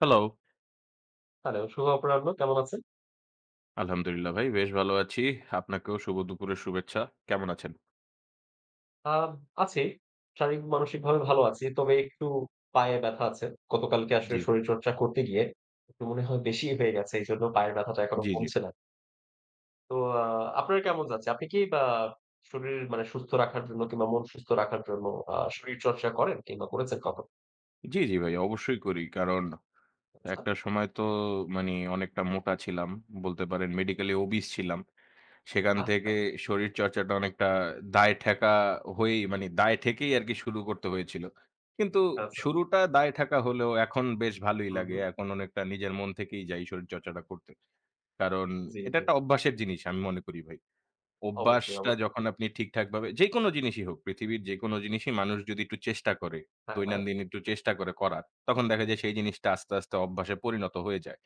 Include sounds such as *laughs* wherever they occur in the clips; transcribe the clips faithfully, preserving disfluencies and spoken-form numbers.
Hello! Hello, শুভ অপরাহ্ন। কেমন আছেন? আলহামদুলিল্লাহ ভাই বেশ ভালো আছি। আপনাকেও শুভ দুপুরের শুভেচ্ছা। কেমন আছেন? আ আছি। শারীরিক মানসিকভাবে ভালো আছি। তবে একটু পায়ে ব্যথা আছে। গতকালকে আসলে জি, শরীরচর্চা করতে গিয়ে একটু মনে হয় বেশিই হয়ে গেছে। এইজন্য পায়ের ব্যথাটা এখনো জি, জি। কমছে না। তো আ আপনার কেমন যাচ্ছে? আপনি কি বা শরীর মানে সুস্থ রাখার জন্য কিংবা মন সুস্থ রাখার জন্য আ শরীরচর্চা করেন কিংবা করেছেন কখনো? জি, জি ভাই অবশ্যই করি। কারণ আচ্ছা, একটা সময় তো মানি অনেকটা মোটা ছিলাম। বলতে পারেন মেডিকেলি ওবিস ছিলাম। সেখান আচ্ছা, থেকে শরীরচর্চাটা অনেকটা দায় ঠেকা হয়েই মানি দায় ঠেকেই আরকি শুরু করতে হয়েছিল। কিন্তু আচ্ছা। শুরুটা দায় ঠেকা হলেও এখন বেশ ভালোই হুম, লাগে। হুম। এখন অনেকটা নিজের মন থেকেই যাই শরীরচর্চাটা করতে। কারণ জি, এটা জি। একটা অভ্যাসের জিনিস আমি মনে করি ভাই। অবশ্যই, অভ্যাসটা অবশ্যই। যখন আপনি ঠিকঠাকভাবে যেকোনো জিনিসই হোক, পৃথিবীর যেকোনো জিনিসই মানুষ যদি একটু চেষ্টা করে, হ্যাঁ, হ্যাঁ। দৈনন্দিন একটু চেষ্টা করে করার, তখন দেখা যায় সেই জিনিসটা আস্তে, আস্তে অভ্যাসে পরিণত হয়ে যায়।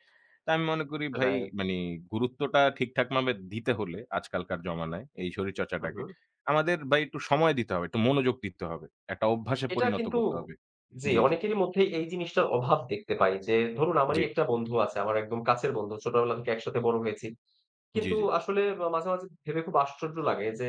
তো আমি মনে করি ভাই সেটাই। মানে গুরুত্বটা ঠিকঠাকভাবে দিতে হলে আজকালকার জমানায় এই হুম, শরীরচর্চাটাকে, হুম। আমাদের ভাই একটু সময় দিতে হবে, একটু মনোযোগ দিতে হবে। একটা অভ্যাসে এটা পরিণত কিন্তু করতে হবে। জি, জি, জি, অনেকেরই মধ্যেই এই জিনিসটার অভাব দেখতে পাই যে ধরুন জি, আমারই একটা বন্ধু আছে, আমার একদম কাছের বন্ধু। ছোটবেলা থেকে একসাথে বড় হয়েছি। জি, কিন্তু জি, আসলে মা মাঝে, মাঝে ভেবে খুব আশ্চর্য লাগে যে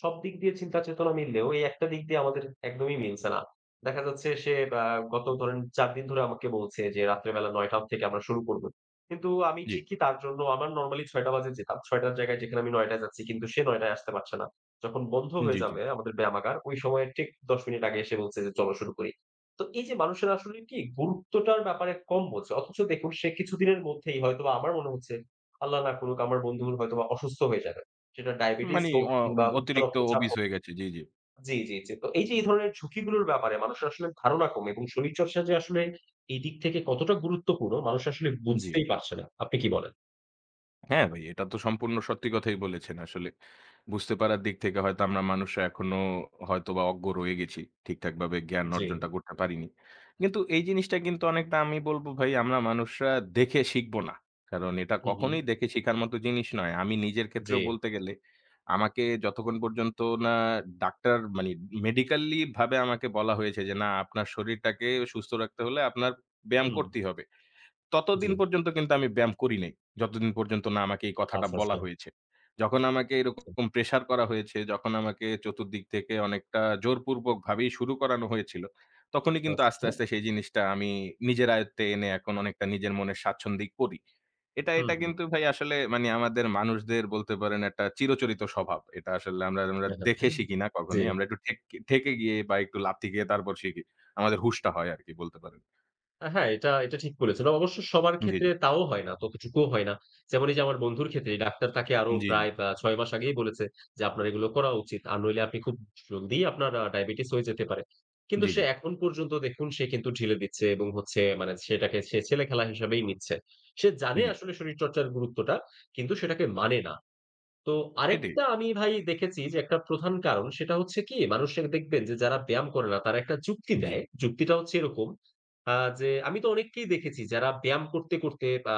সব দিক দিয়ে চিন্তা চেতনা মিললেও এই একটা দিক দিয়ে আমাদের একদমই মিলছে না। দেখা যাচ্ছে সে আ গত ধরেন চার দিন ধরে আমাকে বলছে যে রাত্রে বেলা ৯ঃ শূন্য শূন্য থেকে আমরা শুরু করব। কিন্তু আমি ঠিকই তার জন্য আমার নরমালি ৬ঃ শূন্য শূন্য বাজে যেতাম। ৬ঃ শূন্য শূন্য র জায়গায় যেখানে আমি ৯ঃ শূন্য শূন্য যাচ্ছি কিন্তু সে ৯ঃ শূন্য শূন্য আসতে পারছে না। যখন বন্ধ জি, হয়ে জি, জি। যাবে আমাদের ব্যায়ামাগার ওই সময়ের ঠিক দশ মিনিট আগে এসে বলছে যে চলো শুরু করি। তো এই যে মানুষের আসলে কি গুরুত্বটার ব্যাপারে কম বোঝে। অথচ দেখুন সে কিছুদিনের মধ্যেই হয়তোবা আমার মনে হচ্ছে আল্লাহ না করুক আমার বন্ধু হয়তোবা অসুস্থ হয়ে যাবে। সেটা ডায়াবেটিস মানে হোক অ কিংবা উচ্চ অতিরিক্ত রক্তচাপ obese হোক হয়ে গেছে। জি, জি, জি, জি, জি। তো এই যে এই ধরনের ঝুঁকিগুলোর ব্যাপারে মানুষের আসলে ধারণা কম এবং শরীরচর্চা যে আসলে এই দিক থেকে কতটা গুরুত্বপূর্ণ মানুষ আসলে জি। বুঝতেই পারছে না। আপনি কি বলেন? হ্যাঁ, ভাই এটা তো সম্পূর্ণ সত্যি কথাই বলেছেন আসলে। বুঝতে পারার দিক থেকে হয়তো আমরা মানুষরা এখনো হয়তোবা অজ্ঞ রয়ে গেছি। ঠিকঠাকভাবে জ্ঞান জি। অর্জনটা করতে পারিনি। কিন্তু এই জিনিসটা কিন্তু অনেকটা আমি বলব ভাই আমরা মানুষরা দেখে শিখব না। কারণ এটা হু, হু। কখনোই দেখে শিখার মতো জিনিস নয়। আমি নিজের জি। ক্ষেত্রেও বলতে গেলে আমাকে যতক্ষণ পর্যন্ত না ডাক্তার মানে মেডিকেলি ভাবে আমাকে বলা হয়েছে যে, "না আপনার শরীরটাকে সুস্থ রাখতে হলে আপনার ব্যায়াম হুম। করতেই হবে।" জি। ততদিন পর্যন্ত কিন্তু আমি ব্যায়াম করি নাই। যতদিন পর্যন্ত না আমাকে এই কথাটা আচ্ছা, বলা আচ্ছা। হয়েছে। যখন আমাকে এরকম প্রেশার করা হয়েছে, যখন আমাকে চতুর্দিক থেকে অনেকটা জোরপূর্বকভাবেই শুরু করানো হয়েছিল, তখনই কিন্তু আচ্ছা, আস্তে, আচ্ছা। আস্তে সেই জিনিসটা আমি নিজের আয়ত্তে এনে এখন অনেকটা নিজের মনের স্বাচ্ছন্দ্যেই করি। এটা হুম, এটা হুম। কিন্তু ভাই আসলে মানে আমাদের মানুষদের বলতে পারেন একটা চিরচরিত স্বভাব। এটা আসলে আমরা আমরা দেখে শিখি না জি। কখনোই। আমরা একটু ঠেক ঠেকে গিয়ে বা একটু লাথি খেয়ে তারপর শিখি। আমাদের হুঁশটা হয় আরকি বলতে পারেন। আ হ্যাঁ, এটা এটা ঠিক বলেছেন। অবশ্য সবার জি, ক্ষেত্রে জি। তাও হয় না, ততটুকুও হয় না। যেমন এই যে আমার বন্ধুর ক্ষেত্রে ডাক্তার তাকে আরো জি, জি। প্রায় বা ছয় মাস আগেই বলেছে যে, "আপনার এগুলো করা উচিত। আর নইলে আপনি খুব জলদিই আপনার আ ডায়াবেটিস হয়ে যেতে পারে।" কিন্তু জি, সে জি। এখন পর্যন্ত দেখুন সে কিন্তু ঢিলে দিচ্ছে এবং হচ্ছে মানে সেটাকে সে ছেলেখেলা হিসাবেই নিচ্ছে। সে জানে জি, আসলে শরীরচর্চার গুরুত্বটা, কিন্তু সেটাকে মানে না। তো সেটাই। আরেকটা আমি ভাই দেখেছি যে একটা প্রধান কারণ সেটা হচ্ছে কি মানুষে দেখবেন যে যারা ব্যায়াম করে না তারা একটা যুক্তি জি, জি, দেয়। যুক্তিটা হচ্ছে এরকম আ যে আমি তো অনেককেই দেখেছি যারা ব্যায়াম করতে, করতে আ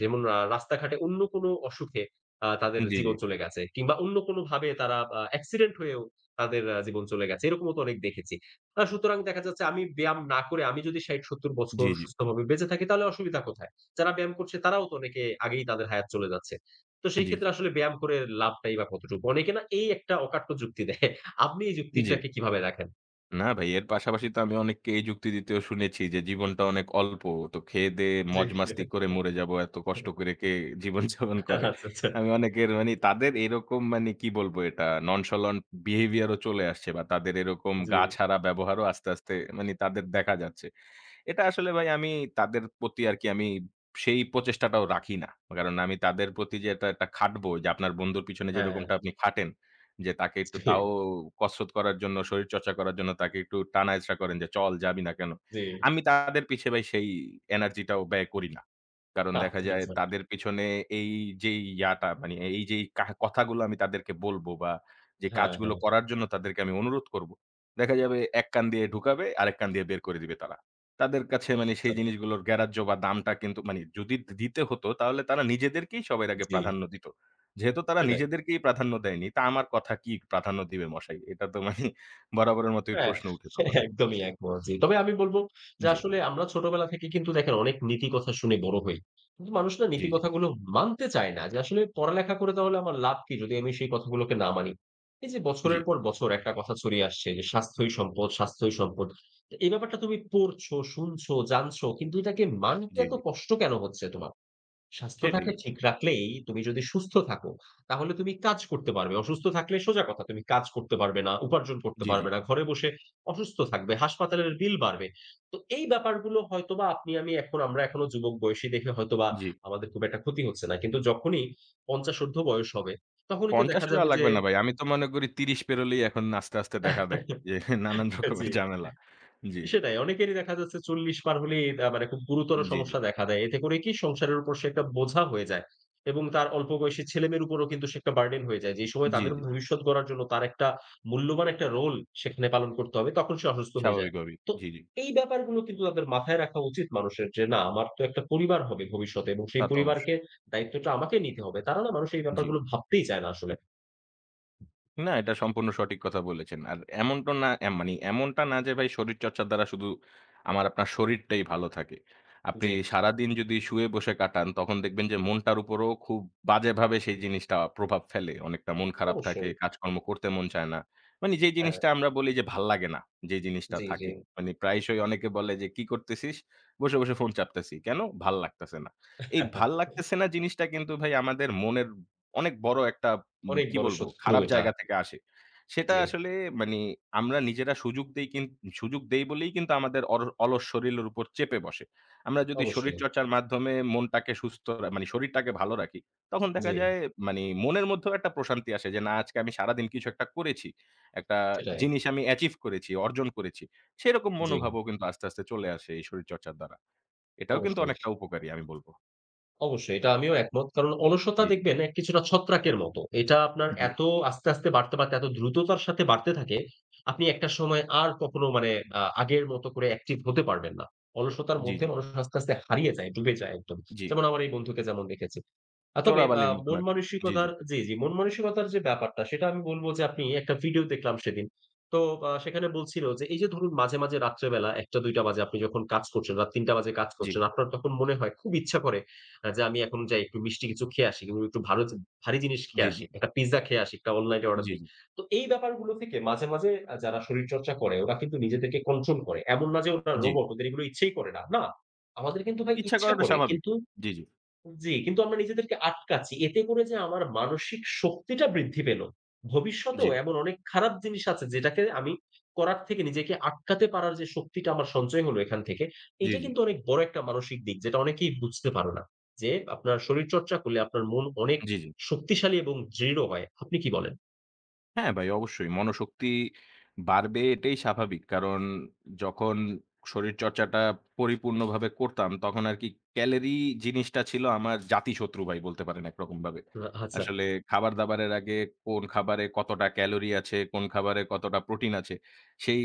যেমন আ রাস্তাঘাটে অন্য কোনো অসুখে আ তাদের জি, জীবন চলে গেছে কিংবা অন্য কোনোভাবে তারা আ অ্যাক্সিডেন্ট হয়েও তাদের আ জীবন চলে গেছে। এরকমও তো অনেক দেখেছি। আ সুতরাং দেখা যাচ্ছে আমি ব্যায়াম না করে আমি যদি ষাট সত্তর বছর জি, জি, সুস্থভাবে বেঁচে থাকি তাহলে অসুবিধা কোথায়? যারা ব্যায়াম করছে তারাও তো অনেকে আগেই তাদের হায়াত চলে যাচ্ছে। তো সেই জি, ক্ষেত্রে আসলে ব্যায়াম করে লাভটাই বা কতটুকু? অনেকে না এই একটা অকাট্য যুক্তি দেয়। আপনি এই জি। যুক্তিটাকে কিভাবে দেখেন? না ভাই এর পাশাপাশি তো আমি অনেককে এই যুক্তি দিতেও শুনেছি যে জীবনটা অনেক অল্প। তো খেয়ে-দেয়ে মজ-মাস্তি জি। করে মরে যাবো। এত কষ্ট করে কে জীবনযাপন করে। আচ্ছা, আচ্ছা। আমি অনেকের মানে তাদের এরকম মানে কি বলবো এটা nonchalant behavior ও চলে আসছে বা তাদের এরকম জি। গা ছাড়া ব্যবহারও আস্তে, আস্তে মানে তাদের দেখা যাচ্ছে। এটা আসলে ভাই আমি তাদের প্রতি আরকি আমি সেই প্রচেষ্টাটাও রাখি না। কারণ আমি তাদের প্রতি যে এটা একটা খাটবো যে আপনার বন্ধুর পিছনে হ্যাঁ, যেরকমটা আপনি খাটেন, যে তাকে একটু জি, তাও কসরত করার জন্য, শরীরচর্চা করার জন্য তাকে একটু টানা-হেচড়া করেন যে, "চল, যাবি না কেন?" জি। আমি তাদের পিছে ভাই সেই এনার্জিটাও ব্যয় করি না। কারণ দেখা আচ্ছা, যায় আচ্ছা। তাদের পিছনে এই যেই ইয়াটা মানে এই যেই কাহ কথাগুলো আমি তাদেরকে বলবো বা যে হ্যাঁ, কাজগুলো হ্যাঁ। করার জন্য তাদেরকে আমি অনুরোধ করব, দেখা যাবে এক কান দিয়ে ঢুকাবে, আরেক কান দিয়ে বের করে দিবে তারা। তাদের কাছে মানে আচ্ছা, সেই জিনিসগুলোর গ্রাহ্য বা দামটা কিন্তু মানে যদি দি দিতে হতো তাহলে তারা নিজেদেরকেই সবার আগে জি। প্রাধান্য দিত। যেহেতু তারা সেটাই। নিজেদেরকেই প্রাধান্য দেয়নি, তা আমার কথা কি প্রাধান্য দিবে মশাই? এটা তো মানে *laughs* বরাবরের মতোই হ্যাঁ, প্রশ্ন উঠে হ্যাঁ, তখন। একদমই একমত। জি। তবে আমি বলব যে জি, আসলে আমরা ছোটবেলা থেকে কিন্তু দেখেন অনেক নীতি কথা শুনে বড় হই। কিন্তু মানুষ না জি, নীতি জি, কথাগুলো মানতে চায় না। যে আসলে পড়ালেখা করে তাহলে আমার লাভ কি যদি আমি সেই কথাগুলোকে না মানি? এই যে জি, বছরের পর বছর একটা কথা ছড়িয়ে আসছে যে স্বাস্থ্যই সম্পদ, স্বাস্থ্যই সম্পদ। তো এই ব্যাপারটা তুমি পড়ছো, শুনছো, জানছো কিন্তু এটাকে মানতে জি, এত জি। কষ্ট কেন হচ্ছে তোমার? সেটাই। স্বাস্থ্যটাকে ঠিক রাখলেই তুমি যদি সুস্থ থাকো, তাহলে তুমি কাজ করতে পারবে। অসুস্থ থাকলে সোজা কথা তুমি কাজ করতে পারবে না, উপার্জন করতে জি, জি, পারবে না। ঘরে বসে অসুস্থ থাকবে, হাসপাতালের বিল বাড়বে। তো এই ব্যাপারগুলো হয়তোবা আপনি আমি এখন আমরা এখনো যুবক বয়সী দেখে হয়তোবা জি। আমাদের খুব একটা ক্ষতি হচ্ছে না। কিন্তু যখনই পঞ্চাশ ঊর্ধ্ব বয়স হবে, তখনই তো পঞ্চাশ দেখা ও যাবে যাওয়া যে লাগবে না ভাই। আমি তো মনে করি ত্রিশ পেরোলেই এখন আস্তে, আস্তে দেখা দেয় যে *laughs* নানান *laughs* জি। রকমের ঝামেলা। জি, সেটাই। অনেকেরই দেখা যাচ্ছে চল্লিশ পার হলেই আ মানে খুব জি, গুরুতর জি, সমস্যা দেখা দেয়। এতে করে কি সংসারের উপর সে একটা বোঝা হয়ে যায় এবং তার অল্প বয়সী ছেলেমেয়ের উপরও কিন্তু সে একটা বার্ডেন হয়ে যায়। যে সময় জি, তাদের জি। ভবিষ্যৎ গড়ার জন্য তার একটা মূল্যবান একটা রোল সেখানে পালন করতে হবে, তখন সে অসুস্থ হয়ে যায়। স্বাভাবিকভাবেই। তো জি, জি। এই ব্যাপারগুলো কিন্তু তাদের মাথায় রাখা উচিত মানুষের যে, "না, আমার তো একটা পরিবার হবে ভবিষ্যতে এবং তা সেই তো পরিবারকে অবশ্যই। দায়িত্বটা আমাকে নিতে হবে।" তারা না মানুষ এই জি। ব্যাপারগুলো ভাবতেই চায় না আসলে। না, এটা সম্পূর্ণ সঠিক কথা বলেছেন। আর এমনটা না এ মানে এমনটা না যে ভাই শরীরচর্চার দ্বারা শুধু আমার আপনার শরীরটাই ভালো থাকে। আপনি জি, সারাদিন যদি শুয়ে বসে কাটান তখন দেখবেন যে মনটার উপরেও খুব বাজেভাবে সেই জিনিসটা প্রভাব ফেলে। অনেকটা মন খারাপ থাকে, অবশ্যই। কাজকর্ম করতে মন চায় না। মানে যে হ্যাঁ, জিনিসটা আমরা বলি যে ভাল লাগে না, যে জিনিসটা জি, জি। থাকে। মানে প্রায়শই অনেকে বলে যে, "কি করতেছিস?" "বসে, বসে ফোন চাপতেছি।" "কেন?" "ভাল লাগতেছে না।" এই ভাল *laughs* লাগতেছে না জিনিসটা কিন্তু ভাই আমাদের মনের অনেক বড় একটা উম অনেক কি বড় বলবো? শত্রু খারাপ এটা। জায়গা থেকে আসে। সেটা জি, আসলে মানে আমরা নিজেরা সুযোগ দেই কিন সুযোগ দেই বলেই কিন্তু আমাদের অর অলস শরীরের উপর চেপে বসে। আমরা যদি অবশ্যই। শরীরচর্চার মাধ্যমে মনটাকে সুস্থ রা মানে শরীরটাকে ভালো রাখি, তখন জি, দেখা যায় মানে মনের মধ্যেও একটা প্রশান্তি আসে যে, "না আজকে আমি সারাদিন কিছু একটা করেছি। একটা সেটাই। জিনিস আমি অ্যাচিভ করেছি, অর্জন করেছি।" সেরকম জি, মনোভাবও কিন্তু আস্তে, আস্তে চলে আসে এই শরীরচর্চার দ্বারা। এটাও কিন্তু অবশ্যই। অনেকটা উপকারী আমি বলব। অবশ্যই এটা আমিও একমত। কারণ অলসতা জি, জি। দেখবেন এক কিছুটা ছত্রাকের মতো। এটা আপনার জি, এত আস্তে, আস্তে বাড়তে, বাড়তে এত দ্রুততার সাথে বাড়তে থাকে, আপনি একটা সময় আর কখনো মানে আ আগের মতো করে অ্যাক্টিভ হতে পারবেন না। অলসতার জি, মধ্যে জি, মানুষ আস্তে, আস্তে হারিয়ে যায়, ডুবে যায় একদম। জি। যেমন আমার এই বন্ধুকে যেমন দেখেছি। আ তবে আ চোরাবালির মতন মন আরকি। জি, জি, মানসিকতার জি, জি মন মানসিকতার যে ব্যাপারটা সেটা আমি বলব যে আপনি একটা ভিডিও দেখলাম সেদিন। তো আ সেখানে বলছিল যে এই যে ধরুন মাঝে, মাঝে রাত্রেবেলা ১ঃ০০-২ঃ শূন্য শূন্য বাজে আপনি যখন কাজ করছেন, রাত ৩ঃ শূন্য শূন্য বাজে কাজ জি। করছেন, আপনার তখন মনে হয় খুব ইচ্ছা করে আ যে আমি এখন যাই একটু মিষ্টি কিছু খেয়ে আসি কিংবা একটু ভারো ভারী জিনিস জি, খেয়ে জি, আসি। একটা পিজ্জা খেয়ে আসি, একটা অনলাইনে অর্ডার জি, দিই। জি, তো এই ব্যাপারগুলো থেকে মাঝে, মাঝে আ যারা শরীরচর্চা করে ওরা কিন্তু নিজেদেরকে কন্ট্রোল করে। এমন না যে ওরা জি। রোবট ওদের এগুলো ইচ্ছেই করে না। না, আমাদের কিন্তু ভাই ইচ্ছা ইচ্ছা করাটা করে স্বাভাবিক। কিন্তু জি, জি, জি, কিন্তু আমরা নিজেদেরকে আটকাচ্ছি। এতে করে যে আমার মানসিক শক্তিটা বৃদ্ধি পেল। জি, ভবিষ্যতেও এমন অনেক খারাপ জিনিস আছে যেটাকে আমি করার থেকে নিজেকে আটকাতে পারার যে শক্তিটা আমার সঞ্চয় হলো এখান থেকে, জি, এটা জি, কিন্তু অনেক বড় একটা মানসিক দিক যেটা অনেকেই বুঝতে পারে না। যে আপনার শরীরচর্চা করলে আপনার মন অনেক জি, জি। শক্তিশালী এবং দৃঢ় হয়। আপনি কি বলেন? হ্যাঁ ভাই, অবশ্যই। মনোশক্তি বাড়বে এটাই স্বাভাবিক। কারণ যখন শরীরচর্চাটা পরিপূর্ণভাবে করতাম, তখন আরকি ক্যালোরি জিনিসটা ছিল আমার জাতিশত্রু ভাই বলতে পারেন একরকমভাবে। আ আচ্ছা। আসলে খাবার-দাবারের আগে কোন খাবারে কতটা ক্যালোরি আছে, কোন খাবারে কতটা প্রোটিন আছে, সেই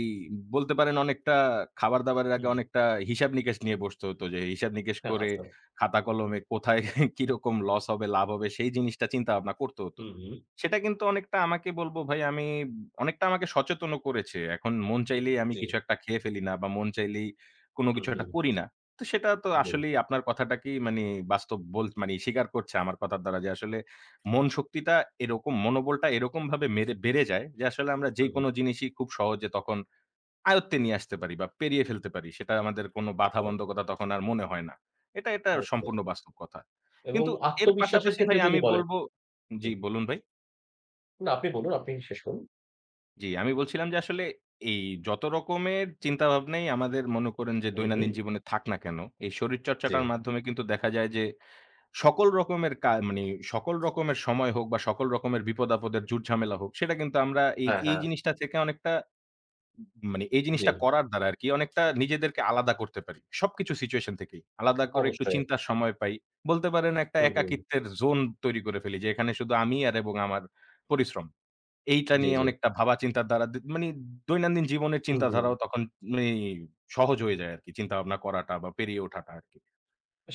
বলতে পারেন অনেকটা খাবার-দাবারের আগে হুম। অনেকটা হিসাব-নিকেশ নিয়ে বসতে হতো যে, হিসাব-নিকেশ হ্যাঁ, করে আচ্ছা। খাতা-কলমে কোথায় *laughs* কিরকম লস হবে, লাভ হবে সেই জিনিসটা চিন্তা ভাবনা করতে হতো। হুম, হুম। সেটা কিন্তু অনেকটা আমাকে বলব ভাই আমি অনেকটা আমাকে সচেতনও করেছে। এখন মন চাইলেই আমি জি। কিছু একটা খেয়ে ফেলি না বা মন চাইলেই কোনো হুম, কিছু একটা হুম। করি না। তো সেটা তো জি। আসলেই আপনার কথাটাকেই মানে বাস্তব বল মানি স্বীকার করছে আমার কথার দ্বারা যে আসলে মন শক্তিটা এরকম মনোবলটা এরকমভাবে মেরে বেড়ে যায় যে আসলে আমরা হুম, হুম। যেকোনো জিনিসই খুব সহজে তখন আয়ত্তে নিয়ে আসতে পারি বা পেরিয়ে ফেলতে পারি। সেটা আমাদের কোনো রাইট। বাধাবন্ধকতা তখন আর মনে হয় না। এটা, এটা অবশ্যই। সম্পূর্ণ বাস্তব কথা। এবং কিন্তু এর আত্মবিশ্বাসের পাশাপাশি ক্ষেত্রে ভাই যদি আমি বলেন বলব জি। জি বলুন ভাই। না আপনি বলুন, আপনি শেষ করুন। জি, আমি বলছিলাম যে আসলে এই যত রকমের চিন্তাভাবনাই আমাদের মনে করেন যে হুম, হুম। দৈনন্দিন জীবনে থাক না কেন, এই জি। শরীরচর্চাটার মাধ্যমে কিন্তু দেখা যায় যে সকল রকমের কা মানে সকল রকমের সময় হোক বা সকল রকমের বিপদ-আপদের ঝুট-ঝামেলা হোক সেটা কিন্তু আমরা এই, হ্যাঁ, এই হ্যাঁ। জিনিসটা থেকে অনেকটা মানে এই জি। জিনিসটা করার দ্বারা আরকি অনেকটা নিজেদেরকে আলাদা করতে পারি। সবকিছু সিচুয়েশন থেকেই। আলাদা করে একটু অবশ্যই। চিন্তার সময় পাই। বলতে পারেন একটা হুম, হুম। একাকিত্বের জোন তৈরি করে ফেলি যে এখানে শুধু আমি আর এবং আমার পরিশ্রম। এইটা জি, নিয়ে জি। অনেকটা ভাবা চিন্তার দ্বারা দ মানি দৈনন্দিন জীবনের হুম, হুম। চিন্তাধারাও তখন মানি সহজ হয়ে যায় আরকি। চিন্তাভাবনা করাটা বা পেরিয়ে ওঠাটা আরকি।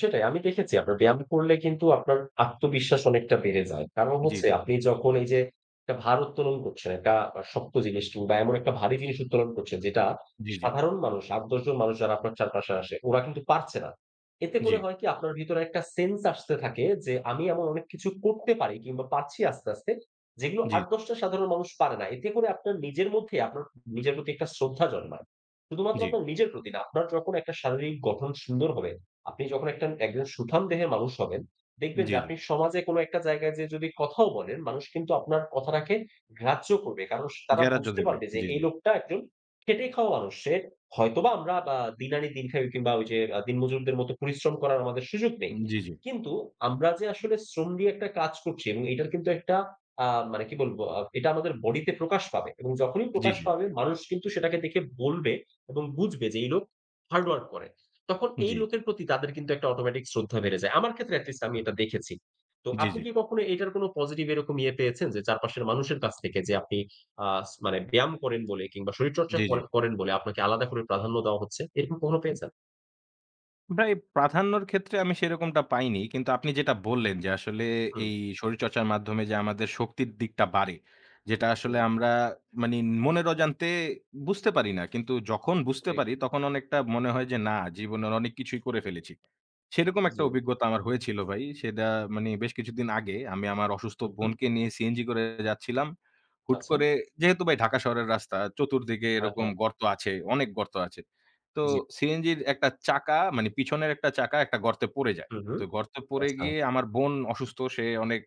সেটাই আমি দেখেছি আপনার ব্যায়াম করলে কিন্তু আপনার আত্মবিশ্বাস অনেকটা বেড়ে যায়। কারণ জি, হচ্ছে জি, আপনি যখন এই যে একটা ভার উত্তোলন করছেন, একটা আ শক্ত জিনিস কিংবা এমন একটা ভারী জিনিস উত্তোলন করছেন যেটা জি, জি, সাধারণ মানুষ আট দশ জন মানুষ যারা আপনার চারপাশে আসে ওরা কিন্তু পারছে না। এতে জি, করে হয় কি আপনার ভিতরে একটা সেন্স আসতে থাকে যে আমি এমন অনেক কিছু করতে পারি কিংবা পারছি আস্তে, আস্তে যেগুলো জি, আট দশ টা সাধারণ মানুষ পারে না। এতে করে আপনার নিজের মধ্যে আপনার নিজের প্রতি একটা শ্রদ্ধা জন্মায়। শুধুমাত্র জি, আপনার নিজের প্রতি না, আপনার যখন একটা শারীরিক গঠন সুন্দর হবে আপনি যখন একটা একজন সুঠাম দেহের মানুষ হবেন, দেখবেন জি, যে জি, আপনি সমাজে কোনো একটা জায়গায় যেয়ে যদি কথাও বলেন, মানুষ কিন্তু আপনার কথাটাকে গ্রাহ্য করবে। কারণ স তারা জ্ঞেরাজ্য বুঝতে দেবে। পারবে যে জি, এই জি, লোকটা একজন খেটে খাওয়া মানুষ। সে হয়তোবা আমরা বা দিনানি দিনখাই কিংবা ওই যে আ দিনমজুরদের মতো পরিশ্রম করার আমাদের সুযোগ নেই। জি, জি, কিন্তু আমরা যে আসলে শ্রম দিয়ে একটা কাজ করছি এবং এটার কিন্তু একটা আ মানে কি বলবো? আ এটা আমাদের বডিতে প্রকাশ পাবে এবং যখনই জি, প্রকাশ জি, পাবে মানুষ কিন্তু সেটাকে দেখে বলবে এবং বুঝবে যে এই লোক হার্ড ওয়ার্ক করে। তখন এই জি, লোকের প্রতি তাদের কিন্তু একটা অটোমেটিক শ্রদ্ধা বেড়ে যায়। আমার ক্ষেত্রে এট লিস্ট আমি এটা দেখেছি। তো জি, আপনি জি। কি কখনো এটার কোনো পজিটিভ এরকম ইয়ে পেয়েছেন যে চারপাশের মানুষের কাছ থেকে যে আপনি আ স মানে ব্যায়াম করেন বলে কিংবা শরীরচর্চা জি কর করেন বলে আপনাকে আলাদা করে প্রাধান্য দেওয়া হচ্ছে। এরকম কখনো পেয়েছেন? ভাই প্রাধান্যর ক্ষেত্রে আমি সেরকমটা পাইনি। কিন্তু আপনি যেটা বললেন যে আসলে হুম, এই শরীরচর্চার মাধ্যমে যে আমাদের শক্তির দিকটা বাড়ে, যেটা আসলে হুম। আমরা মানি মনের অজান্তে বুঝতে পারি না। কিন্তু যখন বুঝতে জি, পারি তখন অনেকটা মনে হয় যে না জীবনের অনেক কিছুই করে ফেলেছি। সেরকম একটা জি। অভিজ্ঞতা আমার হয়েছিল ভাই। সেটা মানি বেশ কিছুদিন আগে আমি আমার অসুস্থ হুম, হুম। বোনকে নিয়ে সিএনজি করে যাচ্ছিলাম। হুট আচ্ছা। করে যেহেতু ভাই ঢাকা শহরের রাস্তা চতুর্দিকে হ্যাঁ, এরকম হ্যাঁ। গর্ত আছে, অনেক গর্ত আছে। তো জি। সিএনজির একটা চাকা মানে পিছনের একটা চাকা একটা গর্তে পড়ে যায়। হুম, হুম। তো গর্তে পড়ে আচ্ছা। গিয়ে আমার বোন অসুস্থ। সে অনেক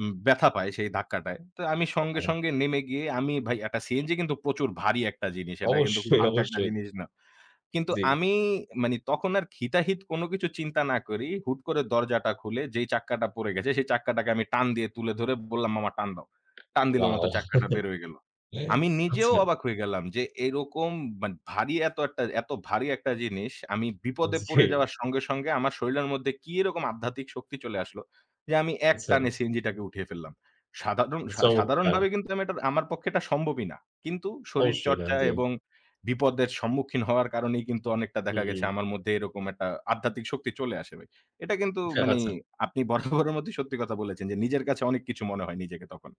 উম ব্যথা পায় সেই ধাক্কাটায়। তো আমি সঙ্গে, ওয়াও! সঙ্গে নেমে গিয়ে আমি ভাই একটা সিএনজি কিন্তু প্রচুর ভারী একটা জিনিস। এটা কিন্তু খুব অবশ্যই, হালকা একটা অবশ্যই। জিনিস না। কিন্তু জি। আমি মানে তখন আর হিতাহিত কোনো কিছু চিন্তা না করি, হুট করে দরজাটা খুলে যেই চাক্কাটা পড়ে গেছে, সেই চাক্কাটাকে আমি টান দিয়ে তুলে ধরে বললাম, "মামা টান দাও।" টান দিলাম মাত্র ওয়াও! চাক্কাটা বের হয়ে গেল। আমি নিজেও আচ্ছা। অবাক হয়ে গেলাম যে এরকম মানে ভারী এত একটা এত ভারী একটা জিনিস আমি বিপদে জি। পড়ে যাওয়ার সঙ্গে, সঙ্গে আমার শরীরের মধ্যে কি এরকম আধ্যাত্মিক শক্তি চলে আসলো যে আমি এক আচ্ছা। টানে সিএনজিটাকে উঠিয়ে ফেললাম। সাধারণ সা চমৎকার। সাধারণভাবে কিন্তু আমি এটা আমার পক্ষে এটা সম্ভবই না। কিন্তু অবশ্যই না। শরীরচর্চা জি। এবং বিপদের সম্মুখীন হওয়ার কারণেই কিন্তু অনেকটা হুম, দেখা গেছে হুম। আমার মধ্যে এরকম একটা আধ্যাত্মিক শক্তি চলে আসে ভাই। এটা কিন্তু মানি আচ্ছা। আপনি বরাবরের মধ্যেই সত্যি কথা বলেছেন যে নিজের কাছে অনেক কিছু মনে হয় নিজেকে তখন।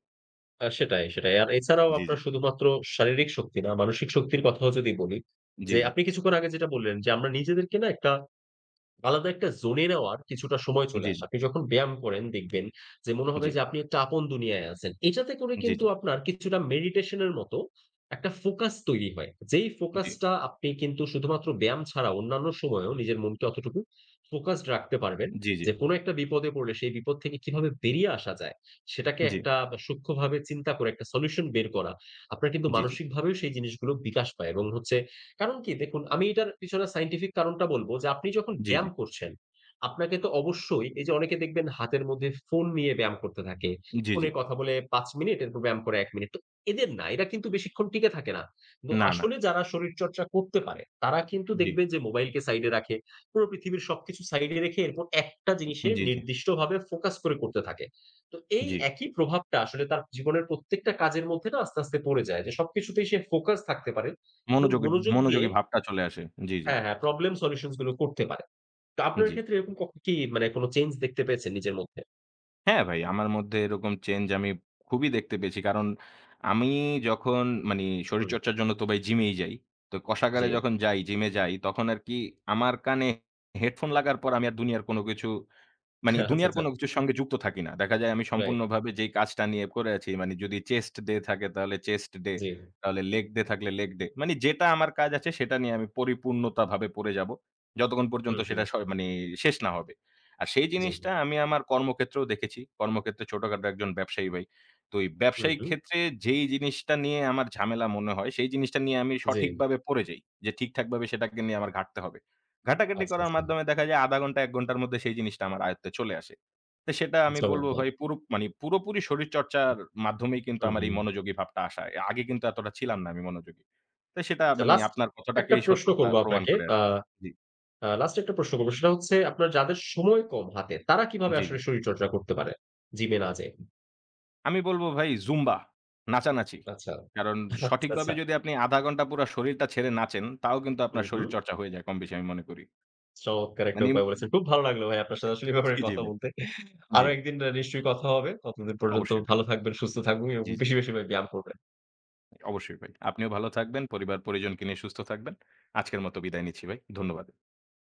আ সেটাই, সেটাই। আর এছাড়াও জি, জি। আপনার শুধুমাত্র শারীরিক শক্তি না, মানসিক শক্তির কথাও যদি বলি, জি, যে জি। আপনি কিছুক্ষণ আগে যেটা বললেন যে আমরা নিজেদেরকে না একটা আলাদা একটা জোনে নেওয়ার কিছুটা সময় চলে জি, আসে। জি। আপনি যখন ব্যায়াম করেন দেখবেন যে মনে হবে জি, জি। যে আপনি একটা আপন দুনিয়ায় আছেন। এটাতে করে জি, জি, কিন্তু জি। আপনার কিছুটা মেডিটেশন এর মতো একটা ফোকাস তৈরি হয়। যেই জি, ফোকাসটা আপনি কিন্তু শুধুমাত্র ব্যায়াম ছাড়া অন্যান্য সময়েও নিজের মনকে অতটুকু ফোকাসড রাখতে পারবেন। জি, জি। যে কোনো একটা বিপদে পড়লে সেই বিপদ থেকে কিভাবে বেরিয়ে আসা যায় সেটাকে একটা সূক্ষ্মভাবে চিন্তা করে একটা সলিউশন বের করা। আপনার কিন্তু মানসিকভাবেও সেই জিনিসগুলো বিকাশ পায় এবং হচ্ছে কারণ কি দেখুন, আমি এটার পিছনে সায়েন্টিফিক কারণটা বলব যে আপনি যখন জি, জি। ব্যায়াম করছেন, আপনাকে তো অবশ্যই এই যে অনেকে দেখবেন হাতের মধ্যে ফোন নিয়ে ব্যায়াম করতে থাকে। জি, জি। ফোনে কথা বলে পাঁচ মিনিট এরপর ব্যায়াম করে এক মিনিট। তো এদের না, এরা কিন্তু বেশিক্ষণ টিকে থাকে না। কিন্তু না, না। আসলে যারা শরীরচর্চা করতে পারে, তারা কিন্তু জি। দেখবেন যে মোবাইলকে সাইডে রাখে। পুরো পৃথিবীর সবকিছু সাইডে রেখে এরপর একটা জিনিসে জি, জি। নির্দিষ্টভাবে ফোকাস করে করতে থাকে। তো এই জি। একই প্রভাবটা আসলে তার জীবনের প্রত্যেকটা কাজের মধ্যে না আস্তে, আস্তে পড়ে যায়। যে সবকিছুতেই সে ফোকাস থাকতে পারে। এবং মনোযোগী মনোযোগ দিয়ে মনোযোগী ভাবটা চলে আসে। জি, জি। হ্যাঁ, হ্যাঁ, প্রবলেম সলিউশনস গুলো করতে পারে। তো আপনার জি। ক্ষেত্রে এরকম কখ কি মানে কোন চেঞ্জ দেখতে পেয়েছেন নিজের মধ্যে? হ্যাঁ ভাই, আমার মধ্যে এরকম চেঞ্জ আমি খুবই দেখতে পেয়েছি। কারণ আমি যখন মানি হুম, শরীরচর্চার জন্য তো ভাই জিমেই যাই। তো কষাগারে জি। যখন যাই, জিমে যাই তখন আরকি আমার কানে হেডফোন লাগার পর আমি আর দুনিয়ার কোনো কিছু মানে *laughs* আচ্ছা, দুনিয়ার আচ্ছা। কোনো কিছুর সঙ্গে যুক্ত থাকি না। দেখা যায় আমি রাইট। সম্পূর্ণভাবে যেই কাজটা নিয়ে করে আছি মানে যদি চেস্ট ডে থাকে তাহলে চেস্ট ডে, জি। তাহলে লেগ ডে থাকলে লেগ ডে। মানে যেটা আমার কাজ আছে সেটা নিয়ে আমি পরিপূর্ণতাভাবে পড়ে যাব। যতক্ষণ পর্যন্ত হুম, হুম। সেটা স মানে শেষ না হবে। আর সেই জি। জিনিসটা আমি আমার কর্মক্ষেত্রেও দেখেছি। কর্মক্ষেত্রে ছোটখাটো একজন ব্যবসায়ী ভাই। তো এই হুম, ব্যবসায়িক হুম। ক্ষেত্রে যেই জিনিসটা নিয়ে আমার ঝামেলা মনে হয় সেই জিনিসটা নিয়ে আমি জি। সঠিকভাবে পড়ে যাই। যে ঠিকঠাকভাবে সেটাকে নিয়ে আমার ঘাঁটতে হবে। ঘাটাঘাটি আচ্ছা, করার আচ্ছা। মাধ্যমে দেখা যায় আধ ঘন্টা এক ঘন্টার মধ্যে সেই জিনিসটা আমার আয়ত্তে চলে আসে। তো সেটা আমি বলব চমৎকার। ভাই পুরো মানে পুরোপুরি শরীরচর্চার মাধ্যমেই কিন্তু হুম, আমার এই হুম। মনোযোগী ভাবটা আসা। এ আগে কিন্তু এতটা ছিলাম না আমি মনোযোগী। তো সেটা আচ্ছা মানে লাস্ট আপনার একটা কথাটাকেই প্রশ্ন সত্যতা করব প্রমাণ আপনাকে। করে আ আরকি। জি, আ লাস্ট একটা প্রশ্ন করব। সেটা হচ্ছে আপনার যাদের সময় কম হাতে তারা কিভাবে জি, জি। আসলে শরীরচর্চা করতে পারে জিমে না যেয়ে? আমি বলব ভাই জুম্বা, নাচানাচি। আচ্ছা। কারণ *laughs* আচ্ছা, সঠিকভাবে আচ্ছা। যদি আপনি আধ ঘন্টা পুরা শরীরটা ছেড়ে নাচেন, তাও কিন্তু হুম, আপনার হুম। শরীরচর্চা হয়ে যায় কমবেশি আমি মনে করি। চমৎকার একটা মানে উপায় বলেছেন। খুব ভালো লাগলো ভাই আপনার সাথে আসলে এই ব্যাপারে জি, জি কথা ভাই। বলতে। জি, আরো একদিন আ নিশ্চয়ই কথা হবে। ততদিন পর্যন্ত অবশ্যই ভাই। ভালো থাকবেন, সুস্থ থাকবেন এবং জি, জি। বেশি, বেশি ভাই ব্যায়াম করবেন। অবশ্যই ভাই। আপনিও ভালো থাকবেন। পরিবার-পরিজনকে নিয়ে সুস্থ থাকবেন। আজকের মতো বিদায় নিচ্ছি ভাই। ধন্যবাদ।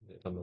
জি ধন্যবাদ।